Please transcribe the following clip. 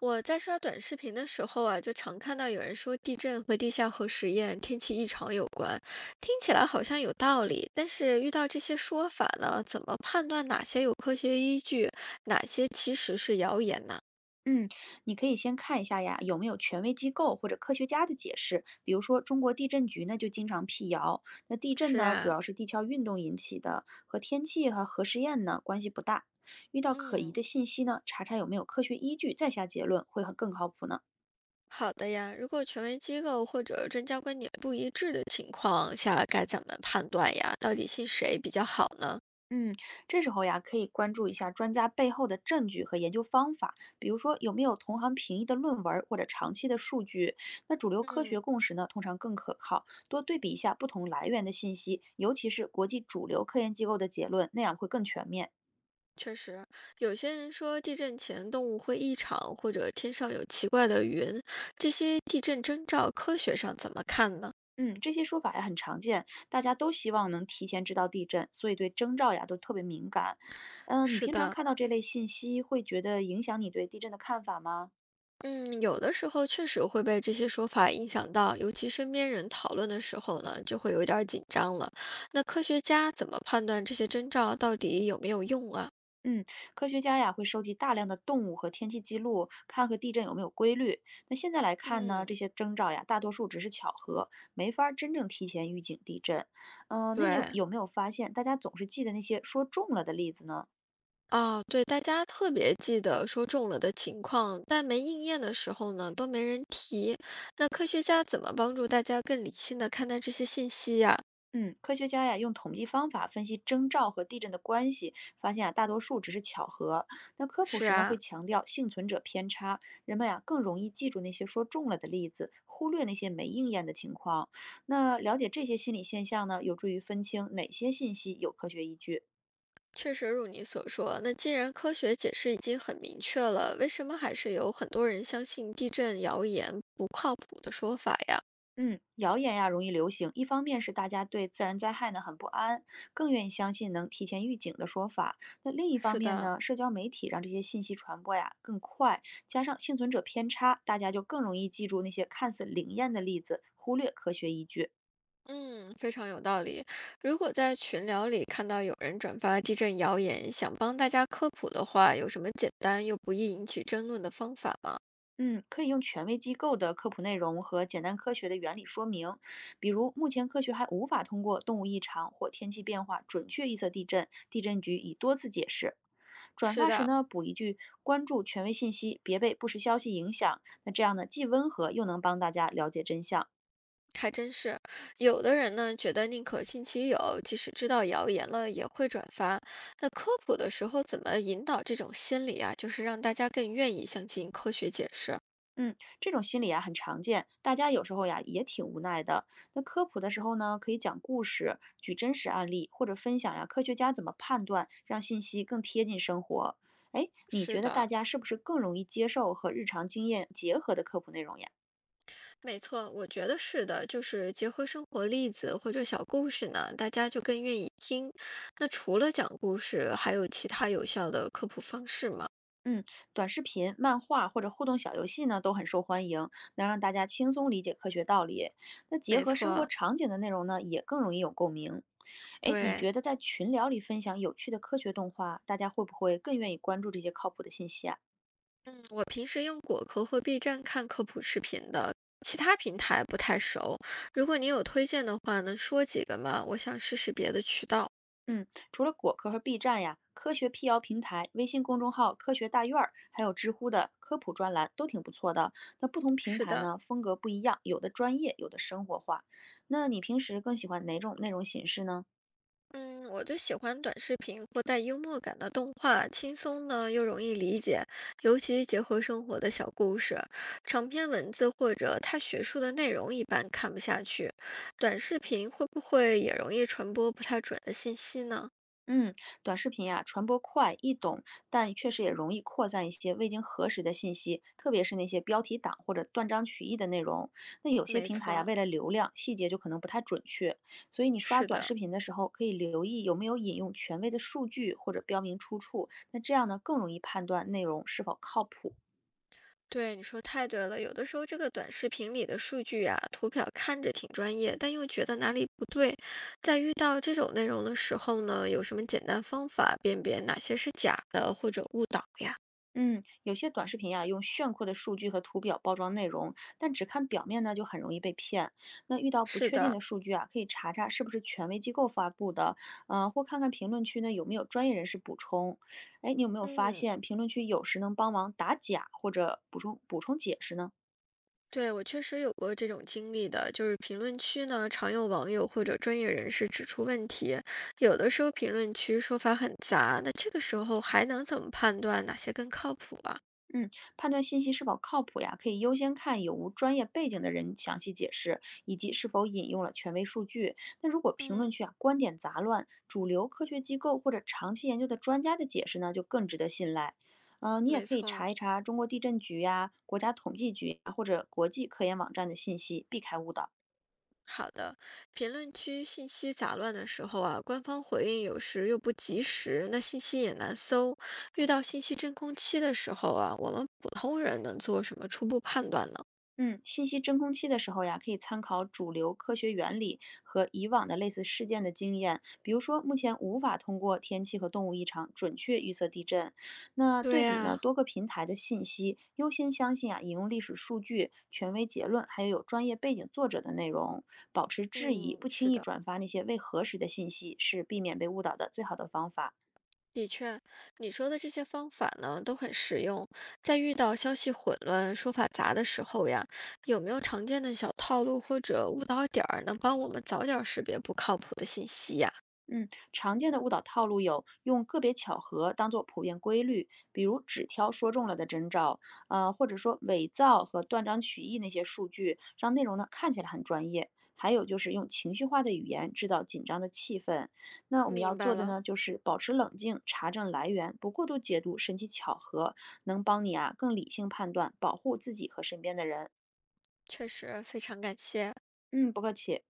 我在刷短视频的时候啊，就常看到有人说地震和地下核实验、天气异常有关，听起来好像有道理。但是遇到这些说法呢，怎么判断哪些有科学依据，哪些其实是谣言呢？嗯，你可以先看一下呀，有没有权威机构或者科学家的解释。比如说，中国地震局呢就经常辟谣，那地震是呢主啊，要是地壳运动引起的，和天气和核试验呢关系不大。遇到可疑嗯，的信息呢，查查有没有科学依据，再下结论会很更靠谱呢。好的呀。如果权威机构或者专家观点不一致的情况下，该怎么判断呀？到底信谁比较好呢？嗯，这时候呀，可以关注一下专家背后的证据和研究方法，比如说有没有同行评议的论文儿或者长期的数据。那主流科嗯。学共识呢，通常更可靠，多对比一下不同来源的信息，尤其是国际主流科研机构的结论，那样会更全面。确实，有些人说地震前动物会异常，或者天上有奇怪的云，这些地震征兆科学上怎么看呢？嗯，这些说法呀很常见，大家都希望能提前知道地震，所以对征兆呀都特别敏感。嗯，你是平常的，看到这类信息，会觉得影响你对地震的看法吗？嗯，有的时候确实会被这些说法影响到，尤其身边人讨论的时候呢，就会有点儿紧张了。那科学家怎么判断这些征兆到底有没有用啊？嗯，科学家呀会收集大量的动物和天气记录，看和地震有没有规律。那现在来看呢，嗯，这些征兆呀，大多数只是巧合，没法儿真正提前预警地震。嗯、那你有对。有没有发现，大家总是记得那些说中了的例子呢？哦，对，大家特别记得说中了的情况，但没应验的时候呢，都没人提。那科学家怎么帮助大家更理性的看待这些信息呀？嗯，科学家呀用统计方法分析征兆和地震的关系，发现啊大多数只是巧合。那科普是时呢会啊，强调幸存者偏差，人们呀更容易记住那些说中了的例子，忽略那些没应验的情况。那了解这些心理现象呢，有助于分清哪些信息有科学依据。确实如你所说，那既然科学解释已经很明确了，为什么还是有很多人相信地震谣言不靠谱的说法呀？嗯，谣言呀容易流行，一方面是大家对自然灾害呢很不安，更愿意相信能提前预警的说法。那另一方是面的，呢，社交媒体让这些信息传播呀更快，加上幸存者偏差，大家就更容易记住那些看似灵验的例子，忽略科学依据。嗯，非常有道理。如果在群聊里看到有人转发地震谣言，想帮大家科普的话，有什么简单又不易引起争论的方法吗？嗯，可以用权威机构的科普内容和简单科学的原理说明，比如目前科学还无法通过动物异常或天气变化准确预测地震，地震局已多次解释。转是发时的，呢，补一句关注权威信息，别被不实消息影响。那这样呢，既温和又能帮大家了解真相。还真是。有的人呢，觉得宁可信其有，即使知道谣言了也会转发。那科普的时候怎么引导这种心理啊？就是让大家更愿意相信科学解释。嗯，这种心理啊很常见，大家有时候呀也挺无奈的。那科普的时候呢，可以讲故事、举真实案例，或者分享呀科学家怎么判断，让信息更贴近生活。哎，你是觉得大的，家是不是更容易接受和日常经验结合的科普内容呀？没错，我觉得是的，就是结合生活例子或者小故事呢，大家就更愿意听。那除了讲故事，还有其他有效的科普方式吗？嗯，短视频、漫画或者互动小游戏呢都很受欢迎，能让大家轻松理解科学道理。那结没合生活错，场景的内容呢，也更容易有共鸣。哎，你对，觉得在群聊里分享有趣的科学动画，大家会不会更愿意关注这些靠谱的信息啊？嗯我平时用果壳或 B 站看科普视频的，其他平台不太熟。如果你有推荐的话，能说几个吗？我想试试别的渠道。嗯，除了果壳和 B 站呀，科学辟谣平台、微信公众号“科学大院儿”，还有知乎的科普专栏都挺不错的。那不同平是台的。呢，风格不一样，有的专业，有的生活化。那你平时更喜欢哪种内容形式呢？嗯，我就喜欢短视频或带幽默感的动画，轻松呢又容易理解，尤其结合生活的小故事。长篇文字或者太学术的内容一般看不下去，短视频会不会也容易传播不太准的信息呢？嗯，短视频呀、传播快、易懂，但确实也容易扩散一些未经核实的信息，特别是那些标题党或者断章取义的内容。那有些没平台呀、错，为了流量，细节就可能不太准确，所以你刷是短的。视频的时候，可以留意有没有引用权威的数据或者标明出处，那这样呢，更容易判断内容是否靠谱。对，你说太对了。有的时候这个短视频里的数据啊，图表看着挺专业，但又觉得哪里不对。在遇到这种内容的时候呢，有什么简单方法辨别哪些是假的或者误导呀？嗯，有些短视频啊，用炫酷的数据和图表包装内容，但只看表面呢，就很容易被骗。那遇到不是确定的，的数据啊，可以查查是不是权威机构发布的，或看看评论区呢有没有专业人士补充。哎，你有没有发嗯，现评论区有时能帮忙打假或者补充解释呢？对，我确实有过这种经历的，就是评论区呢，常有网友或者专业人士指出问题，有的时候评论区说法很杂，那这个时候还能怎么判断哪些更靠谱啊？嗯，判断信息是否靠谱呀，可以优先看有无专业背景的人详细解释，以及是否引用了权威数据。那如果评论嗯，区啊观点杂乱，主流科学机构或者长期研究的专家的解释呢，就更值得信赖。你也没可以错。查一查中国地震局呀、国家统计局呀，或者国际科研网站的信息，避开误导。好的，评论区信息杂乱的时候啊，官方回应有时又不及时，那信息也难搜。遇到信息真空期的时候啊，我们普通人能做什么初步判断呢？嗯，信息真空期的时候呀，可以参考主流科学原理和以往的类似事件的经验，比如说目前无法通过天气和动物异常准确预测地震。那对对比呢呀、多个平台的信息，优先相信啊引用历史数据、权威结论，还有有专业背景作者的内容，保持质疑，嗯，不轻是易的，转发那些未核实的信息，是避免被误导的最好的方法。的确，你说的这些方法呢都很实用。在遇到消息混乱、说法杂的时候呀，有没有常见的小套路或者误导点儿，能帮我们早点儿识别不靠谱的信息呀？嗯，常见的误导套路有用个别巧合当做普遍规律，比如只挑说中了的征兆，或者说伪造和断章取义那些数据，让内容呢看起来很专业。还有就是用情绪化的语言制造紧张的气氛。那我们要明做白的了，呢，就是保持冷静，查证来源，不过度解读神奇巧合，能帮你啊更理性判断，保护自己和身边的人。确实非常感谢。嗯，不客气。